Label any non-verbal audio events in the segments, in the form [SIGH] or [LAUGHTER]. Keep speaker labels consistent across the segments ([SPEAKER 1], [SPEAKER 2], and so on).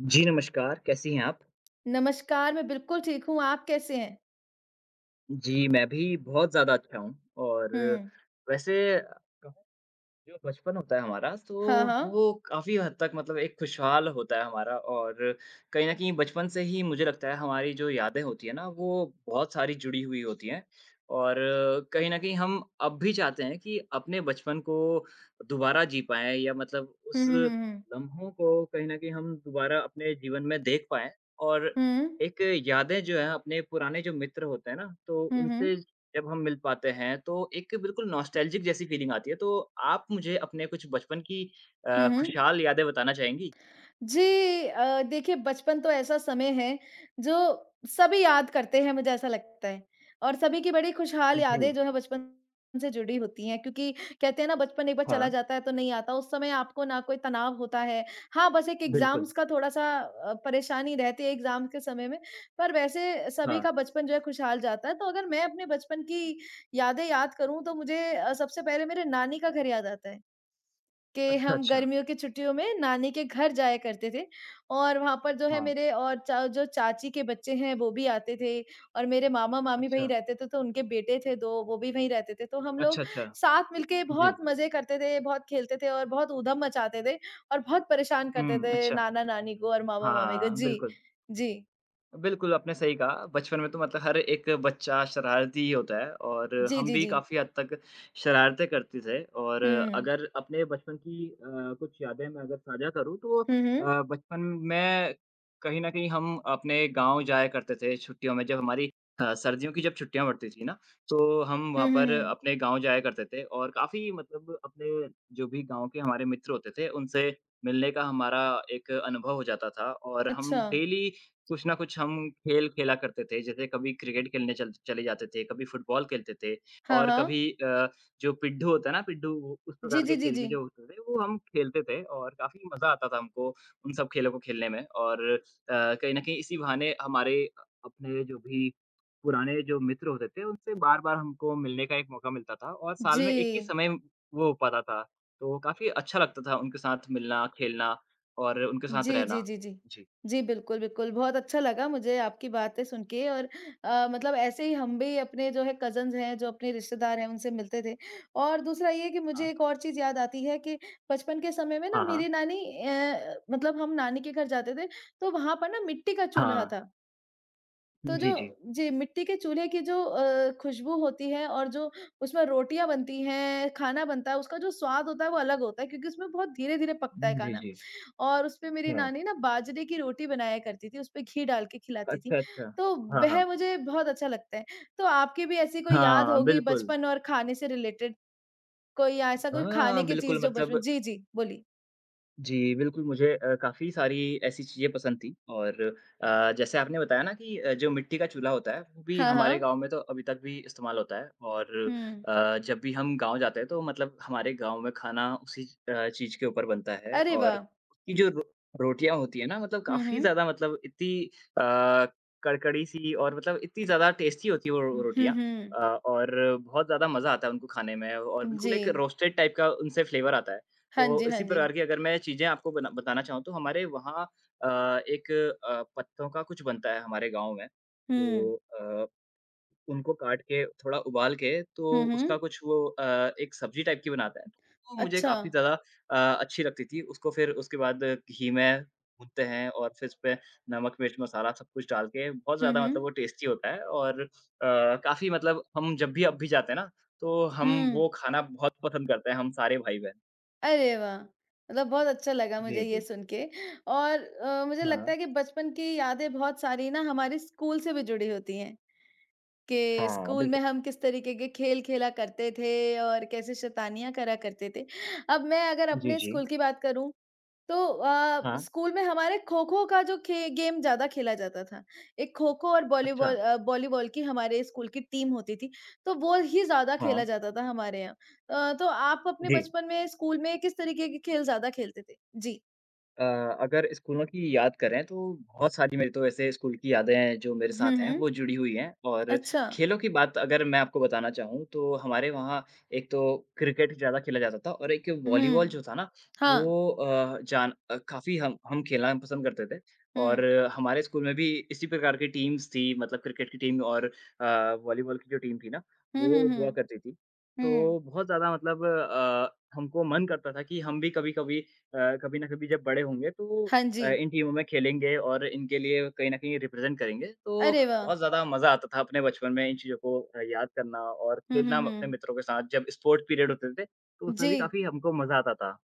[SPEAKER 1] जी, नमस्कार, कैसी हैं आप?
[SPEAKER 2] नमस्कार, मैं बिल्कुल ठीक हूँ, आप कैसे हैं?
[SPEAKER 1] जी, मैं भी बहुत ज़्यादा अच्छा हूँ और
[SPEAKER 2] हुँ।
[SPEAKER 1] वैसे जो बचपन होता है हमारा,
[SPEAKER 2] हाँ,
[SPEAKER 1] तो
[SPEAKER 2] हाँ।
[SPEAKER 1] वो काफ़ी हद तक मतलब एक खुशहाल होता है हमारा और कहीं न कहीं बचपन से ही मुझे लगता है हमारी जो यादें होती हैं ना, वो बहुत सारी जुड़ी हुई होती हैं। और कहीं न कहीं हम अब भी चाहते हैं कि अपने बचपन को दोबारा जी पाएँ या मतलब
[SPEAKER 2] हुँ,
[SPEAKER 1] उस
[SPEAKER 2] हुँ, हुँ, हुँ।
[SPEAKER 1] लम्हों को कहीं न कहीं हम दोबारा अपने जीवन में देख पाएँ और
[SPEAKER 2] हुँ।
[SPEAKER 1] एक यादें जो हैं अपने पुराने जो मित्र होते हैं ना, तो
[SPEAKER 2] हुँ, हुँ।
[SPEAKER 1] उनसे जब हम मिल पाते हैं, तो एक बिल्कुल नॉस्टैल्जिक जैसी फ़ीलिंग आती है, तो आप मुझे अपने कुछ बचपन की
[SPEAKER 2] हुँ, हुँ। हुँ, हुँ।
[SPEAKER 1] खुशहाल यादें बताना चाहेंगी?
[SPEAKER 2] जी। देखिए बचपन तो ऐसा समय है जो सभी याद करते हैं, मुझे ऐसा लगता है। और सभी की बड़ी खुशहाल
[SPEAKER 1] जी,
[SPEAKER 2] यादें जो है बचपन से जुड़ी होती हैं, क्योंकि कहते हैं ना बचपन एक बार चला
[SPEAKER 1] हाँ,
[SPEAKER 2] जाता है तो नहीं आता। उस समय आपको ना कोई तनाव होता है। हाँ, बस एक
[SPEAKER 1] बिल्कुल,
[SPEAKER 2] एग्जाम्स का थोड़ा सा परेशानी रहती है एग्जाम्स के समय में। पर वैसे सभी
[SPEAKER 1] हाँ।
[SPEAKER 2] का बचपन जो है खुशहाल जाता है। तो अगर मैं अपने बचपन की यादें याद करूं तो मुझे सबसे पहले मेरे नानी का घर याद आता है, कि
[SPEAKER 1] अच्छा,
[SPEAKER 2] हम
[SPEAKER 1] अच्छा,
[SPEAKER 2] गर्मियों की छुट्टियों में नानी के घर जाया करते थे। और वहाँ पर जो है
[SPEAKER 1] हाँ।
[SPEAKER 2] मेरे और चा जो चाची के बच्चे हैं वो भी आते थे। और मेरे मामा-मामी वहीं
[SPEAKER 1] अच्छा,
[SPEAKER 2] रहते थे, तो उनके बेटे थे 2, वो भी वहीं रहते थे। तो हम लोग
[SPEAKER 1] अच्छा, अच्छा।
[SPEAKER 2] साथ मिलके
[SPEAKER 1] जी।
[SPEAKER 2] बहुत मज़े करते थे, बहुत खेलते थे और बहुत ऊधम मचाते थे। और बहुत परेशान करते
[SPEAKER 1] हुँ,
[SPEAKER 2] थे
[SPEAKER 1] अच्छा।
[SPEAKER 2] नाना-नानी को और मामा-मामी को।
[SPEAKER 1] हाँ,
[SPEAKER 2] जी।
[SPEAKER 1] बिल्कुल।
[SPEAKER 2] जी।
[SPEAKER 1] बिल्कुल, आपने सही कहा। बचपन में तो मतलब हर एक बच्चा शरारती ही होता है और
[SPEAKER 2] जी,
[SPEAKER 1] हम
[SPEAKER 2] जी,
[SPEAKER 1] भी
[SPEAKER 2] जी।
[SPEAKER 1] काफ़ी हद तक शरारतें करते थे और
[SPEAKER 2] हुँ।
[SPEAKER 1] अगर अपने बचपन की कुछ यादें मैं अगर साझा करूँ तो
[SPEAKER 2] हुँ, हुँ।
[SPEAKER 1] बचपन में कहीं न कहीं हम अपने गाँव जाया करते थे छुट्टियों में। जब हमारी सर्दियों की जब छुट्टियाँ पड़ती थी ना, तो हम वहाँ
[SPEAKER 2] हुँ, हुँ,
[SPEAKER 1] पर
[SPEAKER 2] हुँ।
[SPEAKER 1] अपने गाँव जाया करते थे और काफ़ी मतलब अपने जो भी गाँव के हमारे मित्र होते थे, उनसे मिलने का हमारा एक अनुभव हो जाता था और हम
[SPEAKER 2] अच्छा।
[SPEAKER 1] डेली कुछ ना कुछ हम खेल खेला करते थे, जैसे कभी क्रिकेट खेलने चल चले जाते थे, कभी फुटबॉल खेलते थे
[SPEAKER 2] हाँ,
[SPEAKER 1] और कभी
[SPEAKER 2] हाँ।
[SPEAKER 1] जो पिड्ढू होता है ना पिड्ढू, वो उस
[SPEAKER 2] जी,
[SPEAKER 1] प्रकार
[SPEAKER 2] जी,
[SPEAKER 1] के
[SPEAKER 2] जी,
[SPEAKER 1] खेल
[SPEAKER 2] जी।
[SPEAKER 1] भी जो होते थे, वो हम खेलते थे और काफ़ी मज़ा आता था हमको उन सब खेलों को खेलने में और कहीं न कहीं इसी बहाने हमारे अपने जो भी पुराने जो मित्र होते थे, उनसे बार-बार हमको मिलने का एक मौका मिलता था और साल
[SPEAKER 2] जी।
[SPEAKER 1] में एक ही समय वो हो पाता था, तो काफ़ी अच्छा लगता था उनके साथ मिलना, खेलना और उनके साथ
[SPEAKER 2] जी, जी,
[SPEAKER 1] रहना।
[SPEAKER 2] जी, जी।
[SPEAKER 1] जी।
[SPEAKER 2] जी, बिल्कुल, बिल्कुल। बहुत अच्छा लगा मुझे आपकी बातें सुन के। और मतलब ऐसे ही हम भी अपने जो है कज़िन्स हैं, जो अपने रिश्तेदार हैं, उनसे मिलते थे। और दूसरा ये कि
[SPEAKER 1] हाँ।
[SPEAKER 2] मुझे एक और चीज़ याद आती है कि बचपन के समय में ना
[SPEAKER 1] हाँ, हाँ।
[SPEAKER 2] मेरी नानी। मतलब हम नानी के घर जाते थे, तो वहाँ पर ना मिट्टी का चूल्हा
[SPEAKER 1] हाँ,
[SPEAKER 2] था। तो जो
[SPEAKER 1] जी, जी।
[SPEAKER 2] जी, मिट्टी के चूल्हे की जो खुशबू होती है और जो उसमें रोटियाँ बनती हैं, खाना बनता है, उसका जो स्वाद होता है वो अलग होता है, क्योंकि उसमें बहुत धीरे-धीरे पकता है
[SPEAKER 1] जी,
[SPEAKER 2] खाना।
[SPEAKER 1] जी।
[SPEAKER 2] और उसपे मेरी
[SPEAKER 1] हाँ।
[SPEAKER 2] नानी ना बाजरे की रोटी बनाया करती थी, उसपे घी डाल के खिलाती थी।
[SPEAKER 1] अच्छा, अच्छा।
[SPEAKER 2] तो
[SPEAKER 1] हाँ,
[SPEAKER 2] वह
[SPEAKER 1] हाँ।
[SPEAKER 2] मुझे बहुत अच्छा लगता है। तो आपकी भी ऐसी कोई याद
[SPEAKER 1] हाँ,
[SPEAKER 2] होगी
[SPEAKER 1] बिल्कुल।
[SPEAKER 2] बचपन और खाने से रिलेटेड कोई, या ऐसा कोई
[SPEAKER 1] हाँ,
[SPEAKER 2] खाने की
[SPEAKER 1] बिल्कुल
[SPEAKER 2] चीज़ जो बचपन।
[SPEAKER 1] मतलब
[SPEAKER 2] जी, जी, बोलिए।
[SPEAKER 1] जी, बिल्कुल मुझे काफ़ी सारी ऐसी चीज़ें पसंद थी और जैसे आपने बताया ना कि जो मिट्टी का चूल्हा होता है, वो भी
[SPEAKER 2] हाँ,
[SPEAKER 1] हमारे
[SPEAKER 2] हाँ।
[SPEAKER 1] गाँव में तो अभी तक भी इस्तेमाल होता है और
[SPEAKER 2] हुँ।
[SPEAKER 1] जब भी हम गाँव जाते हैं तो मतलब हमारे गाँव में खाना उसी चीज़ के ऊपर बनता है
[SPEAKER 2] अरे
[SPEAKER 1] और
[SPEAKER 2] वाह!
[SPEAKER 1] उसकी जो रो रोटियाँ होती हैं ना मतलब
[SPEAKER 2] हुँ,
[SPEAKER 1] काफ़ी
[SPEAKER 2] हुँ।
[SPEAKER 1] ज़्यादा मतलब इतनी अ, कड़कड़ी-सी और मतलब इतनी ज़्यादा टेस्टी होती है वो रो
[SPEAKER 2] हुँ,
[SPEAKER 1] रोटियाँ
[SPEAKER 2] हुँ।
[SPEAKER 1] और बहुत ज़्यादा मज़ा आता है उनको खाने में और बिल्कुल
[SPEAKER 2] जी।
[SPEAKER 1] एक रोस्टेड टाइप का उनसे फ्लेवर आता है।
[SPEAKER 2] हाँ
[SPEAKER 1] तो
[SPEAKER 2] जी, हाँ
[SPEAKER 1] इसी
[SPEAKER 2] जी।
[SPEAKER 1] प्रकार की अगर मैं चीज़ें आपको बना बताना चाहूँ तो हमारे वहाँ अ, एक पत्तों का कुछ बनता है हमारे गाँव में।
[SPEAKER 2] हुँ।
[SPEAKER 1] तो अ, उनको काट के थोड़ा उबाल के तो
[SPEAKER 2] हुँ,
[SPEAKER 1] उसका
[SPEAKER 2] हुँ।
[SPEAKER 1] कुछ वो एक सब्ज़ी टाइप की बनाता है। तो वो मुझे
[SPEAKER 2] अच्छा।
[SPEAKER 1] काफ़ी ज़्यादा अच्छी लगती थी। उसको फिर उसके बाद घी में भूनते हैं और फिर उस पे नमक, मिर्च, मसाला सब कुछ डाल के बहुत
[SPEAKER 2] हुँ,
[SPEAKER 1] ज़्यादा
[SPEAKER 2] हुँ।
[SPEAKER 1] मतलब वो टेस्टी होता है और काफ़ी मतलब हम जब भी अब भी जाते हैं ना, तो हम
[SPEAKER 2] हुँ।
[SPEAKER 1] वो खाना बहुत पसंद करते हैं, हम सारे भाई-बहन।
[SPEAKER 2] अरे वाह! मतलब बहुत अच्छा लगा मुझे
[SPEAKER 1] जी,
[SPEAKER 2] ये
[SPEAKER 1] जी।
[SPEAKER 2] सुन के। और मुझे
[SPEAKER 1] हाँ,
[SPEAKER 2] लगता है कि बचपन की यादें बहुत सारी ना हमारे स्कूल से भी जुड़ी होती हैं, कि
[SPEAKER 1] हाँ,
[SPEAKER 2] स्कूल में
[SPEAKER 1] बिल्कुल।
[SPEAKER 2] हम किस तरीके के खेल खेला करते थे और कैसे शैतानियाँ करा करते थे। अब मैं अगर
[SPEAKER 1] जी,
[SPEAKER 2] अपने
[SPEAKER 1] जी।
[SPEAKER 2] स्कूल की बात करूँ तो
[SPEAKER 1] हाँ,
[SPEAKER 2] स्कूल में हमारे खो-खो का जो खे गेम ज़्यादा खेला जाता था। एक खो-खो और
[SPEAKER 1] अच्छा।
[SPEAKER 2] वॉलीबॉल की हमारे स्कूल की टीम होती थी, तो वो ही ज़्यादा
[SPEAKER 1] हाँ,
[SPEAKER 2] खेला जाता था हमारे यहाँ। तो आप अपने
[SPEAKER 1] जी।
[SPEAKER 2] बचपन में स्कूल में किस तरीके के खेल ज़्यादा खेलते थे? जी।
[SPEAKER 1] अ, अगर स्कूलों की याद करें तो बहुत सारी मेरी तो ऐसे स्कूल की यादें हैं जो मेरे
[SPEAKER 2] हुँ,
[SPEAKER 1] साथ हैं
[SPEAKER 2] हुँ।
[SPEAKER 1] वो जुड़ी हुई हैं और
[SPEAKER 2] अच्छा।
[SPEAKER 1] खेलों की बात अगर मैं आपको बताना चाहूँ तो हमारे वहाँ एक तो क्रिकेट ज़्यादा खेला जाता था और एक वॉलीबॉल
[SPEAKER 2] हुँ।
[SPEAKER 1] जो था ना
[SPEAKER 2] हाँ।
[SPEAKER 1] वो काफ़ी हम खेलना पसंद करते थे
[SPEAKER 2] हुँ।
[SPEAKER 1] और हमारे स्कूल में भी इसी प्रकार की टीम्स थी मतलब क्रिकेट की टीम और वॉलीबॉल की जो टीम थी ना
[SPEAKER 2] हुँ, हुँ,
[SPEAKER 1] वो
[SPEAKER 2] हुँ।
[SPEAKER 1] हुआ करती थी तो
[SPEAKER 2] हुँ।
[SPEAKER 1] बहुत ज़्यादा मतलब हमको मन करता था कि हम भी कभी कभी कभी ना कभी जब बड़े होंगे तो
[SPEAKER 2] हाँ जी।
[SPEAKER 1] इन टीमों में खेलेंगे और इनके लिए कहीं न कहीं रिप्रेज़ेंट करेंगे। तो
[SPEAKER 2] अरे वाह!
[SPEAKER 1] बहुत ज़्यादा मज़ा आता था अपने बचपन में इन चीज़ों को याद करना और
[SPEAKER 2] हुँ, हुँ,
[SPEAKER 1] खेलना हम अपने
[SPEAKER 2] हुँ।
[SPEAKER 1] मित्रों के साथ जब स्पोर्ट पीरियड होते थे, तो उसमें
[SPEAKER 2] जी।
[SPEAKER 1] भी काफ़ी हमको मज़ा आता था।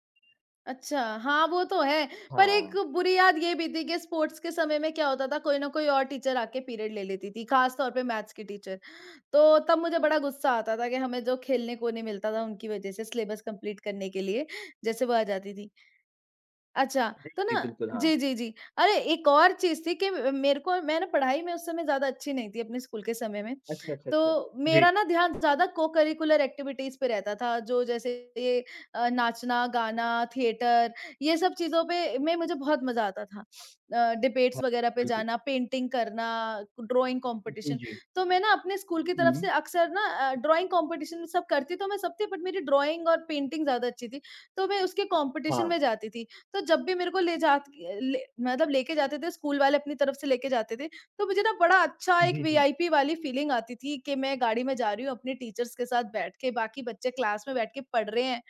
[SPEAKER 2] अच्छा, हाँ, वो तो है। पर एक
[SPEAKER 1] हाँ।
[SPEAKER 2] बुरी याद ये भी थी कि स्पोर्ट्स के समय में क्या होता था, कोई ना कोई और टीचर आके पीरियड ले लेती थी, खास तौर पे मैथ्स की टीचर। तो तब मुझे बड़ा गुस्सा आता था कि हमें जो खेलने को नहीं मिलता था उनकी वजह से, सिलेबस कंप्लीट करने के लिए जैसे वो आ जाती थी। अच्छा,
[SPEAKER 1] जी,
[SPEAKER 2] तो ना
[SPEAKER 1] जी, बिल्कुल, हाँ।
[SPEAKER 2] जी, जी, जी। अरे, एक और चीज़ थी कि मेरे को मैं ना पढ़ाई में उस समय ज़्यादा अच्छी नहीं थी अपने स्कूल के समय में।
[SPEAKER 1] अच्छा, अच्छा, अच्छा।
[SPEAKER 2] तो
[SPEAKER 1] जी।
[SPEAKER 2] मेरा ना ध्यान ज़्यादा को-करिकुलर एक्टिविटीज़ पे रहता था, जो जैसे ये नाचना, गाना, थिएटर, ये सब चीज़ों पे में मुझे बहुत मज़ा आता था।
[SPEAKER 1] हाँ,
[SPEAKER 2] डिबेट्स वगैरह पे
[SPEAKER 1] बिल्कुल।
[SPEAKER 2] जाना, पेंटिंग करना, ड्राइंग
[SPEAKER 1] जी,
[SPEAKER 2] कॉम्पिटिशन।
[SPEAKER 1] जी।
[SPEAKER 2] तो मैं ना अपने स्कूल की तरफ से
[SPEAKER 1] हुँ।
[SPEAKER 2] अक्सर ना ड्राइंग कॉम्पिटिशन में सब करती तो मैं सब थी, बट मेरी ड्राइंग और पेंटिंग ज़्यादा अच्छी थी, तो मैं उसके कॉम्पिटिशन में
[SPEAKER 1] हाँ।
[SPEAKER 2] जाती थी। तो जब भी मेरे को ले जात ले मतलब लेके जाते थे, स्कूल वाले अपनी तरफ से लेके जाते थे, तो मुझे ना बड़ा अच्छा एक
[SPEAKER 1] जी, जी।
[SPEAKER 2] वीआईपी वाली फीलिंग आती थी कि मैं गाड़ी में जा रही हूँ अपने टीचर्स के साथ बैठ के, बाकी बच्चे क्लास में बैठ के पढ़ रहे हैं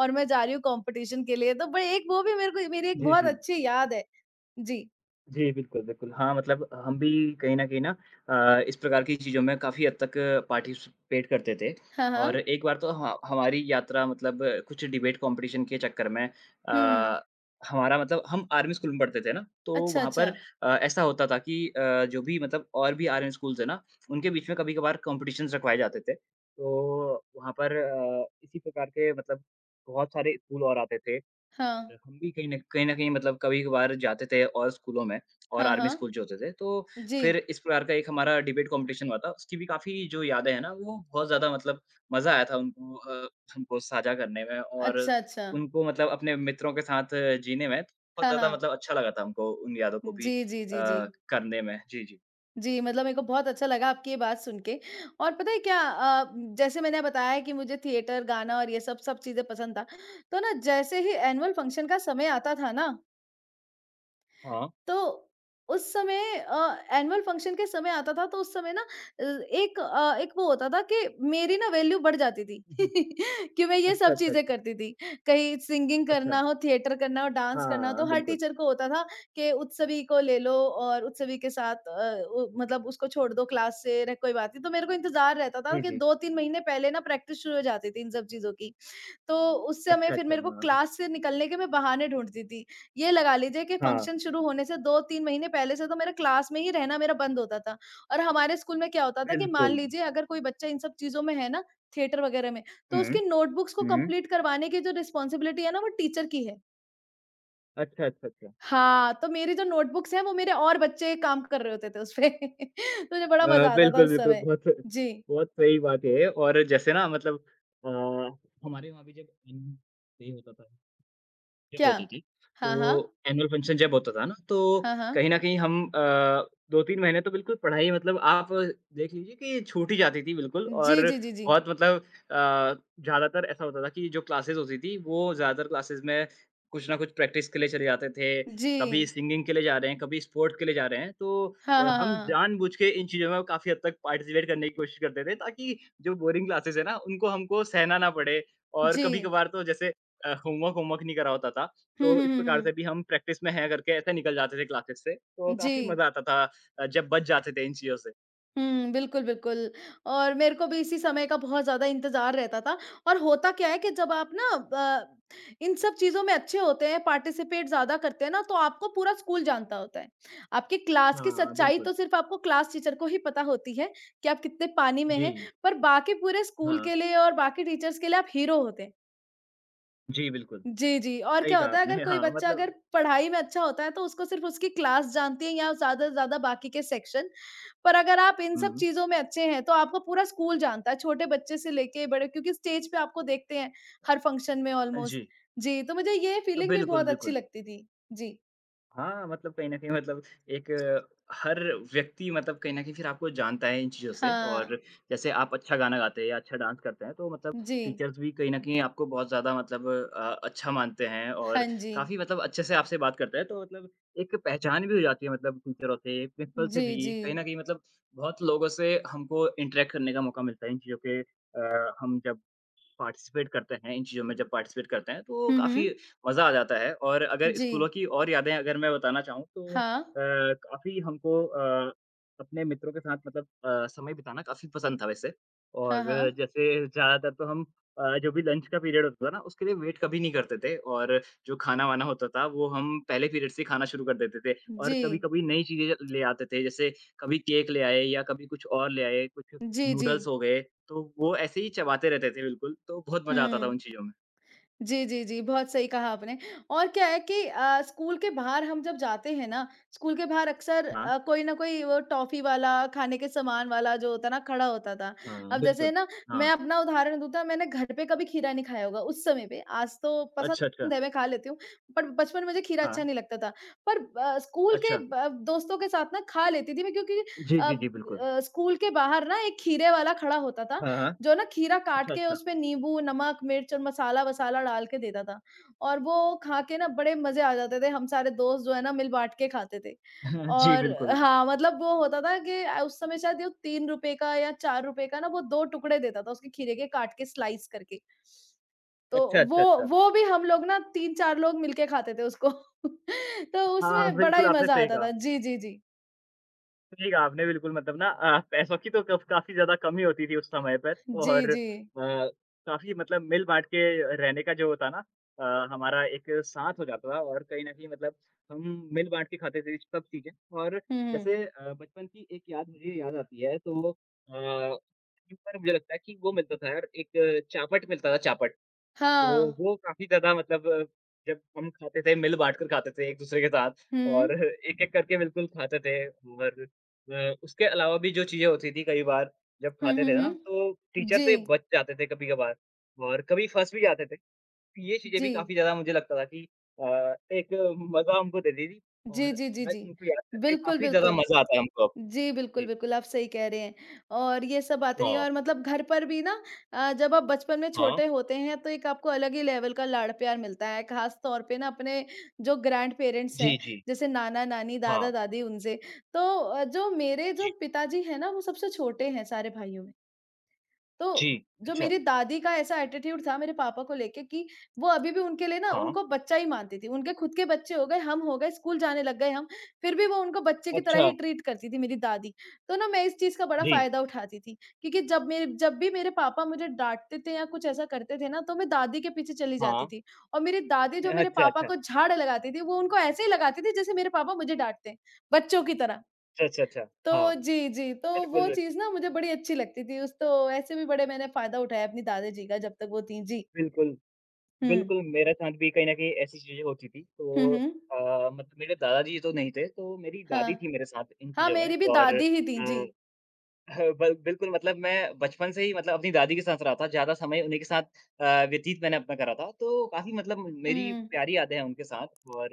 [SPEAKER 2] और मैं जा रही हूँ कॉम्पिटिशन के लिए। तो बड़े एक वो भी मेरे को मेरी एक
[SPEAKER 1] जी,
[SPEAKER 2] बहुत
[SPEAKER 1] जी।
[SPEAKER 2] अच्छी याद है। जी।
[SPEAKER 1] जी, बिल्कुल, बिल्कुल। हाँ, मतलब हम भी कहीं न कहीं ना इस प्रकार की चीज़ों में काफ़ी हद तक पार्टिसिपेट करते थे
[SPEAKER 2] हाँ,
[SPEAKER 1] और
[SPEAKER 2] हाँ।
[SPEAKER 1] एक बार तो ह हमारी यात्रा मतलब कुछ डिबेट कॉम्पिटिशन के चक्कर में
[SPEAKER 2] हुँ।
[SPEAKER 1] अ, हमारा मतलब हम आर्मी स्कूल में पढ़ते थे ना, तो
[SPEAKER 2] अच्छा,
[SPEAKER 1] वहाँ
[SPEAKER 2] अच्छा।
[SPEAKER 1] पर ऐसा होता था कि जो भी मतलब और भी आर्मी स्कूल्स हैं ना, उनके बीच में कभी-कभार कॉम्पिटिशन्स रखवाए जाते थे। तो वहाँ पर इसी प्रकार के मतलब बहुत सारे स्कूल और आते थे
[SPEAKER 2] हाँ।
[SPEAKER 1] हम भी कहीं न कहीं मतलब कभी-कभार जाते थे और स्कूलों में और
[SPEAKER 2] हाँ,
[SPEAKER 1] आर्मी
[SPEAKER 2] हाँ।
[SPEAKER 1] स्कूल जो होते थे, तो
[SPEAKER 2] जी।
[SPEAKER 1] फिर इस प्रकार का एक हमारा डिबेट कॉम्पिटिशन हुआ था। उसकी भी काफ़ी जो यादें हैं ना, वो बहुत ज़्यादा मतलब मज़ा आया था उनको हमको साझा करने में और
[SPEAKER 2] अच्छा, अच्छा।
[SPEAKER 1] उनको मतलब अपने मित्रों के साथ जीने में बहुत
[SPEAKER 2] हाँ,
[SPEAKER 1] ज़्यादा
[SPEAKER 2] हाँ।
[SPEAKER 1] मतलब अच्छा लगा था हमको उन यादों को भी
[SPEAKER 2] जी, जी, जी, जी।
[SPEAKER 1] करने में। जी, जी।
[SPEAKER 2] जी, मतलब मेरे को बहुत अच्छा लगा आपकी ये बात सुन के। और पता है क्या, जैसे मैंने बताया कि मुझे थिएटर, गाना और ये सब सब चीज़ें पसंद था, तो ना जैसे ही एनुअल फंक्शन का समय आता था ना,
[SPEAKER 1] हाँ।
[SPEAKER 2] तो उस समय अ, एनुअल फंक्शन के समय आता था तो उस समय ना अ, अ, एक वो होता था कि मेरी ना वैल्यू बढ़ जाती थी
[SPEAKER 1] हुँ, हुँ।
[SPEAKER 2] [LAUGHS] कि मैं ये
[SPEAKER 1] अच्छा,
[SPEAKER 2] सब
[SPEAKER 1] अच्छा,
[SPEAKER 2] चीजें
[SPEAKER 1] अच्छा।
[SPEAKER 2] करती थी। कहीं सिंगिंग करना
[SPEAKER 1] अच्छा,
[SPEAKER 2] हो, थिएटर करना हो, डांस करना हो
[SPEAKER 1] हाँ,
[SPEAKER 2] तो हर
[SPEAKER 1] बिल्कुल।
[SPEAKER 2] टीचर को होता था कि उत्सवी को ले लो, और उत्सवी के साथ अ, उ मतलब उसको छोड़ दो, क्लास से र कोई बात नहीं। तो मेरे को इंतज़ार रहता था
[SPEAKER 1] जी,
[SPEAKER 2] कि
[SPEAKER 1] जी।
[SPEAKER 2] 2-3 महीने पहले ना प्रैक्टिस शुरू हो जाती थी इन सब चीज़ों की। तो उस समय
[SPEAKER 1] अच्छा,
[SPEAKER 2] फिर
[SPEAKER 1] अच्छा,
[SPEAKER 2] मेरे को
[SPEAKER 1] हाँ।
[SPEAKER 2] क्लास से निकलने के मैं बहाने ढूँढती थी। ये लगा लीजिए कि
[SPEAKER 1] हाँ,
[SPEAKER 2] फंक्शन शुरू होने से 2-3 महीने पहले से तो मेरा क्लास में ही रहना मेरा बंद होता था। और हमारे स्कूल में क्या होता था कि मान
[SPEAKER 1] बिल्कुल।
[SPEAKER 2] लीजिए अगर कोई बच्चा इन सब चीज़ों में है ना, थिएटर वगैरह में, तो
[SPEAKER 1] हुँ,
[SPEAKER 2] उसकी नोटबुक्स को
[SPEAKER 1] हुँ।
[SPEAKER 2] कंप्लीट करवाने की जो रिस्पॉन्सिबिलिटी है ना वो टीचर की है।
[SPEAKER 1] अच्छा, अच्छा, अच्छा।
[SPEAKER 2] हाँ, तो मेरी जो नोटबुक्स हैं वो मेरे और बच्चे काम कर रहे होते थे उसपे। [LAUGHS] तो मुझे बड़ा मज़ा आता था
[SPEAKER 1] बिल्कुल,
[SPEAKER 2] उस
[SPEAKER 1] बिल्कुल।
[SPEAKER 2] समय।
[SPEAKER 1] बहुत
[SPEAKER 2] जी,
[SPEAKER 1] बहुत सही बात है और जैसे ना मतलब अ, हमारे वहाँ भी जब अन्न डे होता था, जब
[SPEAKER 2] क्या?
[SPEAKER 1] होती थी,
[SPEAKER 2] हाँ,
[SPEAKER 1] तो
[SPEAKER 2] हाँ।
[SPEAKER 1] एनुअल फंक्शन जब होता था ना, तो
[SPEAKER 2] हाँ, हाँ।
[SPEAKER 1] कहीं न कहीं हम 2-3 महीने तो बिल्कुल पढ़ाई मतलब आप देख लीजिए कि छूट ही जाती थी बिल्कुल
[SPEAKER 2] जी,
[SPEAKER 1] और
[SPEAKER 2] जी, जी, जी।
[SPEAKER 1] बहुत मतलब ज़्यादातर ऐसा होता था कि जो क्लासेस होती थी, वो ज़्यादातर क्लासेस में कुछ ना कुछ प्रैक्टिस के लिए चले जाते थे,
[SPEAKER 2] जी।
[SPEAKER 1] कभी सिंगिंग के लिए जा रहे हैं, कभी स्पोर्ट्स के लिए जा रहे हैं। तो
[SPEAKER 2] हाँ, हाँ, हाँ,
[SPEAKER 1] हम
[SPEAKER 2] हाँ।
[SPEAKER 1] जानबूझ के इन चीज़ों में काफ़ी हद तक पार्टिसिपेट करने की कोशिश करते थे ताकि जो बोरिंग क्लासेस है ना, उनको हमको सहना ना पड़े और
[SPEAKER 2] जी।
[SPEAKER 1] कभी-कभार तो जैसे होमवर्क होमवर्क नहीं करा होता था,
[SPEAKER 2] हुँ,
[SPEAKER 1] तो
[SPEAKER 2] हुँ,
[SPEAKER 1] इस
[SPEAKER 2] हुँ,
[SPEAKER 1] प्रकार
[SPEAKER 2] हुँ।
[SPEAKER 1] से भी हम प्रैक्टिस में हैं करके ऐसे निकल जाते थे क्लासेस से, तो काफ़ी
[SPEAKER 2] जी।
[SPEAKER 1] मज़ा आता था जब बच जाते थे इन चीज़ों से।
[SPEAKER 2] हुँ, बिल्कुल, बिल्कुल। और मेरे को भी इसी समय का बहुत ज़्यादा इंतज़ार रहता था। और होता क्या है कि जब आप ना अ, इन सब चीज़ों में अच्छे होते हैं, पार्टिसिपेट ज़्यादा करते हैं ना, तो आपको पूरा स्कूल जानता होता है। आपकी क्लास की
[SPEAKER 1] हाँ,
[SPEAKER 2] सच्चाई
[SPEAKER 1] बिल्कुल।
[SPEAKER 2] तो सिर्फ़ आपको क्लास टीचर को ही पता होती है कि आप कितने पानी में
[SPEAKER 1] जी,
[SPEAKER 2] हैं,
[SPEAKER 1] जी।
[SPEAKER 2] पर बाकी पूरे स्कूल
[SPEAKER 1] हाँ।
[SPEAKER 2] के लिए और बाकी टीचर्स के लिए आप हीरो होते हैं।
[SPEAKER 1] जी, बिल्कुल।
[SPEAKER 2] जी, जी। और
[SPEAKER 1] सही
[SPEAKER 2] क्या
[SPEAKER 1] कहा
[SPEAKER 2] होता है, अगर
[SPEAKER 1] आपने।
[SPEAKER 2] कोई
[SPEAKER 1] हाँ,
[SPEAKER 2] बच्चा अगर
[SPEAKER 1] मतलब
[SPEAKER 2] पढ़ाई में अच्छा होता है तो उसको सिर्फ़ उसकी क्लास जानती है, या ज़्यादा से ज़्यादा बाकी के सेक्शन। पर अगर आप इन सब
[SPEAKER 1] हुँ।
[SPEAKER 2] चीज़ों में अच्छे हैं तो आपको पूरा स्कूल जानता है, छोटे बच्चे से लेके बड़े, क्योंकि स्टेज पे आपको देखते हैं हर फंक्शन में ऑलमोस्ट।
[SPEAKER 1] जी।
[SPEAKER 2] जी, तो मुझे ये फीलिंग भी
[SPEAKER 1] बिल्कुल,
[SPEAKER 2] बहुत अच्छी
[SPEAKER 1] बिल्कुल।
[SPEAKER 2] लगती थी। जी।
[SPEAKER 1] हाँ, मतलब कहीं न कहीं मतलब एक हर व्यक्ति मतलब कहीं न कहीं फिर आपको जानता है इन चीज़ों से
[SPEAKER 2] हाँ।
[SPEAKER 1] और जैसे आप अच्छा गाना गाते हैं या अच्छा डांस करते हैं, तो मतलब
[SPEAKER 2] जी।
[SPEAKER 1] टीचर्स भी कहीं न कहीं आपको बहुत ज़्यादा मतलब अच्छा मानते हैं
[SPEAKER 2] हाँ
[SPEAKER 1] और
[SPEAKER 2] जी।
[SPEAKER 1] काफ़ी मतलब अच्छे से आपसे बात करते हैं। तो मतलब एक पहचान भी हो जाती है मतलब टीचरों से, प्रिंसिपल से
[SPEAKER 2] जी,
[SPEAKER 1] भी
[SPEAKER 2] जी।
[SPEAKER 1] कहीं न कहीं मतलब बहुत लोगों से हमको इंटरैक्ट करने का मौका मिलता है इन चीज़ों के हम जब पार्टिसिपेट करते हैं, इन चीज़ों में जब पार्टिसिपेट करते हैं, तो
[SPEAKER 2] हुँ, हुँ।
[SPEAKER 1] काफ़ी मज़ा आ जाता है और अगर
[SPEAKER 2] जी।
[SPEAKER 1] स्कूलों की और यादें अगर मैं बताना चाहूँ तो
[SPEAKER 2] हाँ।
[SPEAKER 1] काफ़ी हमको अपने मित्रों के साथ मतलब समय बिताना काफ़ी पसंद था वैसे
[SPEAKER 2] हाँ,
[SPEAKER 1] और
[SPEAKER 2] हाँ।
[SPEAKER 1] जैसे ज़्यादातर तो हम जो भी लंच का पीरियड होता था ना, उसके लिए वेट कभी नहीं करते थे और जो खाना-वाना होता था, वो हम पहले पीरियड से ही खाना शुरू कर देते थे और
[SPEAKER 2] जी।
[SPEAKER 1] कभी-कभी नई चीज़ें ले आते थे, जैसे कभी केक ले आए या कभी कुछ और ले आए, कुछ
[SPEAKER 2] जी, जी।
[SPEAKER 1] नूडल्स हो गए, तो वो ऐसे ही चबाते रहते थे बिल्कुल, तो बहुत मज़ा आता था
[SPEAKER 2] हुँ।
[SPEAKER 1] उन चीज़ों में।
[SPEAKER 2] जी, जी, जी, बहुत सही कहा आपने। और क्या है कि स्कूल के बाहर हम जब जाते हैं ना, स्कूल के बाहर अक्सर
[SPEAKER 1] हाँ,
[SPEAKER 2] कोई ना कोई वो टॉफ़ी वाला, खाने के सामान वाला जो होता है ना, खड़ा होता था।
[SPEAKER 1] हाँ,
[SPEAKER 2] अब जैसे
[SPEAKER 1] बिल्कुल।
[SPEAKER 2] ना मैं
[SPEAKER 1] हाँ,
[SPEAKER 2] अपना उदाहरण दूँ तो मैंने घर पे कभी खीरा नहीं खाया होगा उस समय पे, आज तो पसंद
[SPEAKER 1] अच्छा, अच्छा।
[SPEAKER 2] है मैं खा लेती हूँ, पर बचपन में मुझे खीरा
[SPEAKER 1] हाँ,
[SPEAKER 2] अच्छा नहीं लगता था। पर स्कूल के
[SPEAKER 1] अच्छा।
[SPEAKER 2] ब दोस्तों के साथ ना खा लेती थी मैं, क्योंकि
[SPEAKER 1] जी, जी, जी, बिल्कुल।
[SPEAKER 2] स्कूल के बाहर ना एक खीरे वाला खड़ा होता था,
[SPEAKER 1] हाँ, हाँ।
[SPEAKER 2] जो ना खीरा काट
[SPEAKER 1] अच्छा,
[SPEAKER 2] के
[SPEAKER 1] अच्छा।
[SPEAKER 2] उसमें नींबू, नमक, मिर्च और मसाला-वसाला डाल के देता था, और वो खा के ना बड़े मज़े आ जाते थे। हम सारे दोस्त जो है ना मिल बाँट के खाते थे।
[SPEAKER 1] [LAUGHS] जी,
[SPEAKER 2] और
[SPEAKER 1] बिल्कुल।
[SPEAKER 2] हाँ, मतलब वो होता था कि उस समय शायद ये ₹3 का या ₹4 का ना वो 2 टुकड़े देता था उसके खीरे के, काट के स्लाइस करके। तो
[SPEAKER 1] अच्छा,
[SPEAKER 2] वो
[SPEAKER 1] अच्छा, अच्छा।
[SPEAKER 2] वो भी हम लोग ना 3-4 लोग मिलके खाते थे उसको। [LAUGHS] तो
[SPEAKER 1] हाँ,
[SPEAKER 2] उसमें बड़ा
[SPEAKER 1] बिल्कुल,
[SPEAKER 2] ही
[SPEAKER 1] आपने
[SPEAKER 2] मज़ा
[SPEAKER 1] सही
[SPEAKER 2] आता था।
[SPEAKER 1] कहा।
[SPEAKER 2] जी, जी, जी।
[SPEAKER 1] ठीक है, आपने बिल्कुल मतलब ना पैसों की तो कफ काफ़ी ज़्यादा कमी होती थी उस समय पर
[SPEAKER 2] जी,
[SPEAKER 1] और
[SPEAKER 2] जी।
[SPEAKER 1] काफ़ी मतलब मिल-बाँट के रहने का जो होता ना हमारा एक साथ हो जाता था और कहीं न कहीं मतलब हम मिल-बाँट के खाते थे सब चीज़ें और
[SPEAKER 2] हुँ, हुँ।
[SPEAKER 1] जैसे बचपन की एक याद मुझे याद आती है तो एक बार मुझे लगता है कि वो मिलता था यार एक चापट मिलता था चापट तो
[SPEAKER 2] हाँ।
[SPEAKER 1] वो काफ़ी ज़्यादा मतलब जब हम खाते थे मिल बाँट कर खाते थे एक-दूसरे के साथ
[SPEAKER 2] हुँ।
[SPEAKER 1] और [LAUGHS] एक-एक करके बिल्कुल खाते थे और उसके अलावा भी जो चीज़ें होती थी कई बार जब
[SPEAKER 2] हुँ,
[SPEAKER 1] खाते
[SPEAKER 2] हुँ,
[SPEAKER 1] थे ना तो
[SPEAKER 2] हुँ।
[SPEAKER 1] टीचर से
[SPEAKER 2] जी।
[SPEAKER 1] बच जाते थे कभी-कभार और कभी फँस भी जाते थे। ये चीज़ें भी
[SPEAKER 2] जी।
[SPEAKER 1] काफ़ी ज़्यादा मुझे लगता था कि एक मज़ा हमको देती थी
[SPEAKER 2] जी,
[SPEAKER 1] और
[SPEAKER 2] जी, जी,
[SPEAKER 1] आज
[SPEAKER 2] जी।
[SPEAKER 1] उनको याद करके
[SPEAKER 2] बिल्कुल,
[SPEAKER 1] काफ़ी ज़्यादा
[SPEAKER 2] बिल्कुल।
[SPEAKER 1] मज़ा आता है हमको अब।
[SPEAKER 2] जी, बिल्कुल,
[SPEAKER 1] जी।
[SPEAKER 2] बिल्कुल, आप सही कह रहे हैं। और ये सब आती रही है,
[SPEAKER 1] हाँ,
[SPEAKER 2] और मतलब घर पर भी ना जब आप बचपन में
[SPEAKER 1] हाँ।
[SPEAKER 2] छोटे होते हैं तो एक आपको अलग ही लेवल का लाड़-प्यार मिलता है, ख़ास तौर पे ना अपने जो ग्रैंड-पेरेंट्स
[SPEAKER 1] जी,
[SPEAKER 2] हैं,
[SPEAKER 1] जी।
[SPEAKER 2] जैसे नाना-नानी,
[SPEAKER 1] हाँ।
[SPEAKER 2] दादा-दादी उनसे। तो जो मेरे जो
[SPEAKER 1] जी,
[SPEAKER 2] पिताजी हैं ना, वो सबसे छोटे हैं सारे भाइयों में। तो
[SPEAKER 1] जी।
[SPEAKER 2] जो
[SPEAKER 1] अच्छा।
[SPEAKER 2] मेरी दादी का ऐसा एटीट्यूड था मेरे पापा को लेके कि वो अभी भी उनके लिए ना
[SPEAKER 1] हाँ।
[SPEAKER 2] उनको बच्चा ही मानती थी। उनके खुद के बच्चे हो गए, हम हो गए, स्कूल जाने लग गए हम, फिर भी वो उनको बच्चे की तरह
[SPEAKER 1] अच्छा।
[SPEAKER 2] ही ट्रीट करती थी मेरी दादी। तो ना मैं इस चीज़ का बड़ा
[SPEAKER 1] जी।
[SPEAKER 2] फ़ायदा उठाती थी, क्योंकि जब भी मेरे पापा मुझे डाँटते थे या कुछ ऐसा करते थे ना, तो मैं दादी के पीछे चली जाती
[SPEAKER 1] हाँ।
[SPEAKER 2] थी, और मेरी दादी जो मेरे
[SPEAKER 1] अच्छा,
[SPEAKER 2] पापा
[SPEAKER 1] अच्छा।
[SPEAKER 2] को झाड़ लगाती थी, वो उनको ऐसे ही लगाती थी जैसे मेरे पापा मुझे डाँटते हैं, बच्चों की तरह।
[SPEAKER 1] अच्छा, अच्छा, अच्छा।
[SPEAKER 2] तो
[SPEAKER 1] हाँ,
[SPEAKER 2] जी, जी। तो वो
[SPEAKER 1] बिल्कुल,
[SPEAKER 2] चीज़ ना मुझे बड़ी अच्छी लगती थी उस, तो ऐसे भी बड़े मैंने फ़ायदा उठाया अपनी दादा जी का जब तक वो थीं। जी।
[SPEAKER 1] बिल्कुल,
[SPEAKER 2] हुँ।
[SPEAKER 1] बिल्कुल मेरे साथ भी कहीं न कहीं ऐसी चीज़ें होती थी।
[SPEAKER 2] हुँ,
[SPEAKER 1] तो
[SPEAKER 2] हुँ।
[SPEAKER 1] मतलब मेरे दादाजी तो नहीं थे, तो मेरी दादी
[SPEAKER 2] हाँ।
[SPEAKER 1] थी मेरे साथ इन
[SPEAKER 2] हाँ,
[SPEAKER 1] चीज़ों में
[SPEAKER 2] मेरी भी
[SPEAKER 1] और
[SPEAKER 2] दादी ही थीं। जी।
[SPEAKER 1] अ ह बल बिल्कुल, मतलब मैं बचपन से ही मतलब अपनी दादी के साथ रहा था, ज़्यादा समय उन्हीं के साथ व्यतीत मैंने अपना करा था, तो काफ़ी मतलब मेरी
[SPEAKER 2] हुँ,
[SPEAKER 1] प्यारी यादें हैं उनके साथ और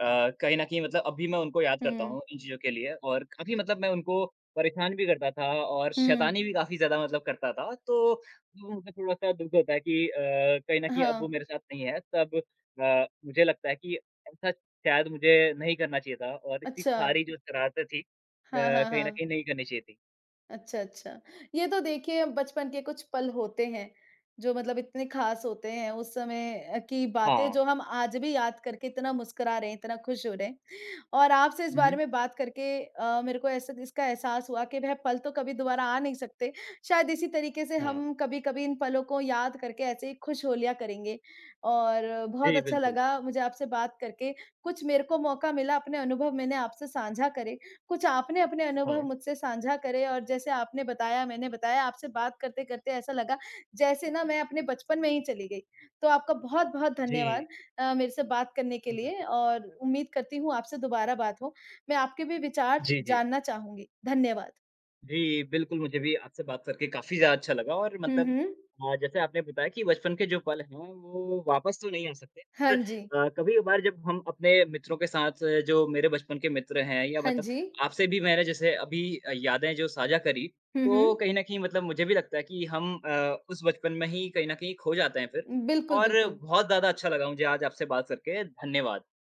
[SPEAKER 1] कहीं न कहीं मतलब अब भी मैं उनको याद करता
[SPEAKER 2] हुँ,
[SPEAKER 1] हूँ इन चीज़ों के लिए और काफ़ी मतलब मैं उनको परेशान भी करता था और
[SPEAKER 2] हुँ।
[SPEAKER 1] शैतानी भी काफ़ी ज़्यादा मतलब करता था, तो वो मुझे थोड़ा-सा दुःख होता है कि कहीं न कहीं अब
[SPEAKER 2] हाँ।
[SPEAKER 1] वो मेरे साथ नहीं है, तब मुझे लगता है कि ऐसा शायद मुझे नहीं करना चाहिए था और इतनी
[SPEAKER 2] अच्छा।
[SPEAKER 1] सारी जो शरारतें थी
[SPEAKER 2] हाँ, हाँ,
[SPEAKER 1] कहीं न
[SPEAKER 2] हाँ।
[SPEAKER 1] कहीं नहीं करनी चाहिए थी।
[SPEAKER 2] अच्छा, अच्छा। ये तो देखिए बचपन के कुछ पल होते हैं, जो मतलब इतने ख़ास होते हैं, उस समय की बातें
[SPEAKER 1] हाँ,
[SPEAKER 2] जो हम आज भी याद करके इतना मुस्कुरा रहे हैं, इतना खुश हो रहे हैं। और आपसे इस बारे
[SPEAKER 1] हुँ,
[SPEAKER 2] में बात करके मेरे को ऐसा इसका एहसास हुआ कि वह पल तो कभी दोबारा आ नहीं सकते। शायद इसी तरीके से
[SPEAKER 1] हाँ,
[SPEAKER 2] हम कभी-कभी इन पलों को याद करके ऐसे ही खुश हो लिया करेंगे। और बहुत
[SPEAKER 1] जी,
[SPEAKER 2] अच्छा
[SPEAKER 1] बिल्कुल,
[SPEAKER 2] लगा मुझे आपसे बात करके। कुछ मेरे को मौका मिला, अपने अनुभव मैंने आपसे साझा करे, कुछ आपने अपने
[SPEAKER 1] हाँ,
[SPEAKER 2] अनुभव मुझसे साझा करे, और जैसे आपने बताया, मैंने बताया, आपसे बात करते-करते ऐसा लगा जैसे ना मैं अपने बचपन में ही चली गई। तो आपका बहुत-बहुत धन्यवाद।
[SPEAKER 1] जी,
[SPEAKER 2] मेरे से बात करने के लिए,
[SPEAKER 1] बिल्कुल।
[SPEAKER 2] और उम्मीद करती हूँ आपसे दोबारा बात हो। मैं आपके भी विचार
[SPEAKER 1] जी, जी,
[SPEAKER 2] जानना चाहूँगी। धन्यवाद।
[SPEAKER 1] जी, बिल्कुल मुझे भी आपसे बात करके काफ़ी ज़्यादा अच्छा लगा और
[SPEAKER 2] हुँ,
[SPEAKER 1] मतलब
[SPEAKER 2] हुँ।
[SPEAKER 1] जैसे आपने बताया कि बचपन के जो पल हैं वो वापस तो नहीं आ सकते
[SPEAKER 2] हाँ
[SPEAKER 1] पर
[SPEAKER 2] जी।
[SPEAKER 1] कभी-कभार जब हम अपने मित्रों के साथ जो मेरे बचपन के मित्र हैं या
[SPEAKER 2] हाँ
[SPEAKER 1] मतलब
[SPEAKER 2] जी।
[SPEAKER 1] आपसे भी मैंने जैसे अभी यादें जो साझा करी,
[SPEAKER 2] हुँ, हुँ।
[SPEAKER 1] तो कहीं न कहीं मतलब मुझे भी लगता है कि हम उस बचपन में ही कहीं न कहीं खो जाते हैं फिर
[SPEAKER 2] बिल्कुल,
[SPEAKER 1] और
[SPEAKER 2] बिल्कुल।
[SPEAKER 1] बहुत ज़्यादा अच्छा लगा मुझे आज आपसे बात करके, धन्यवाद।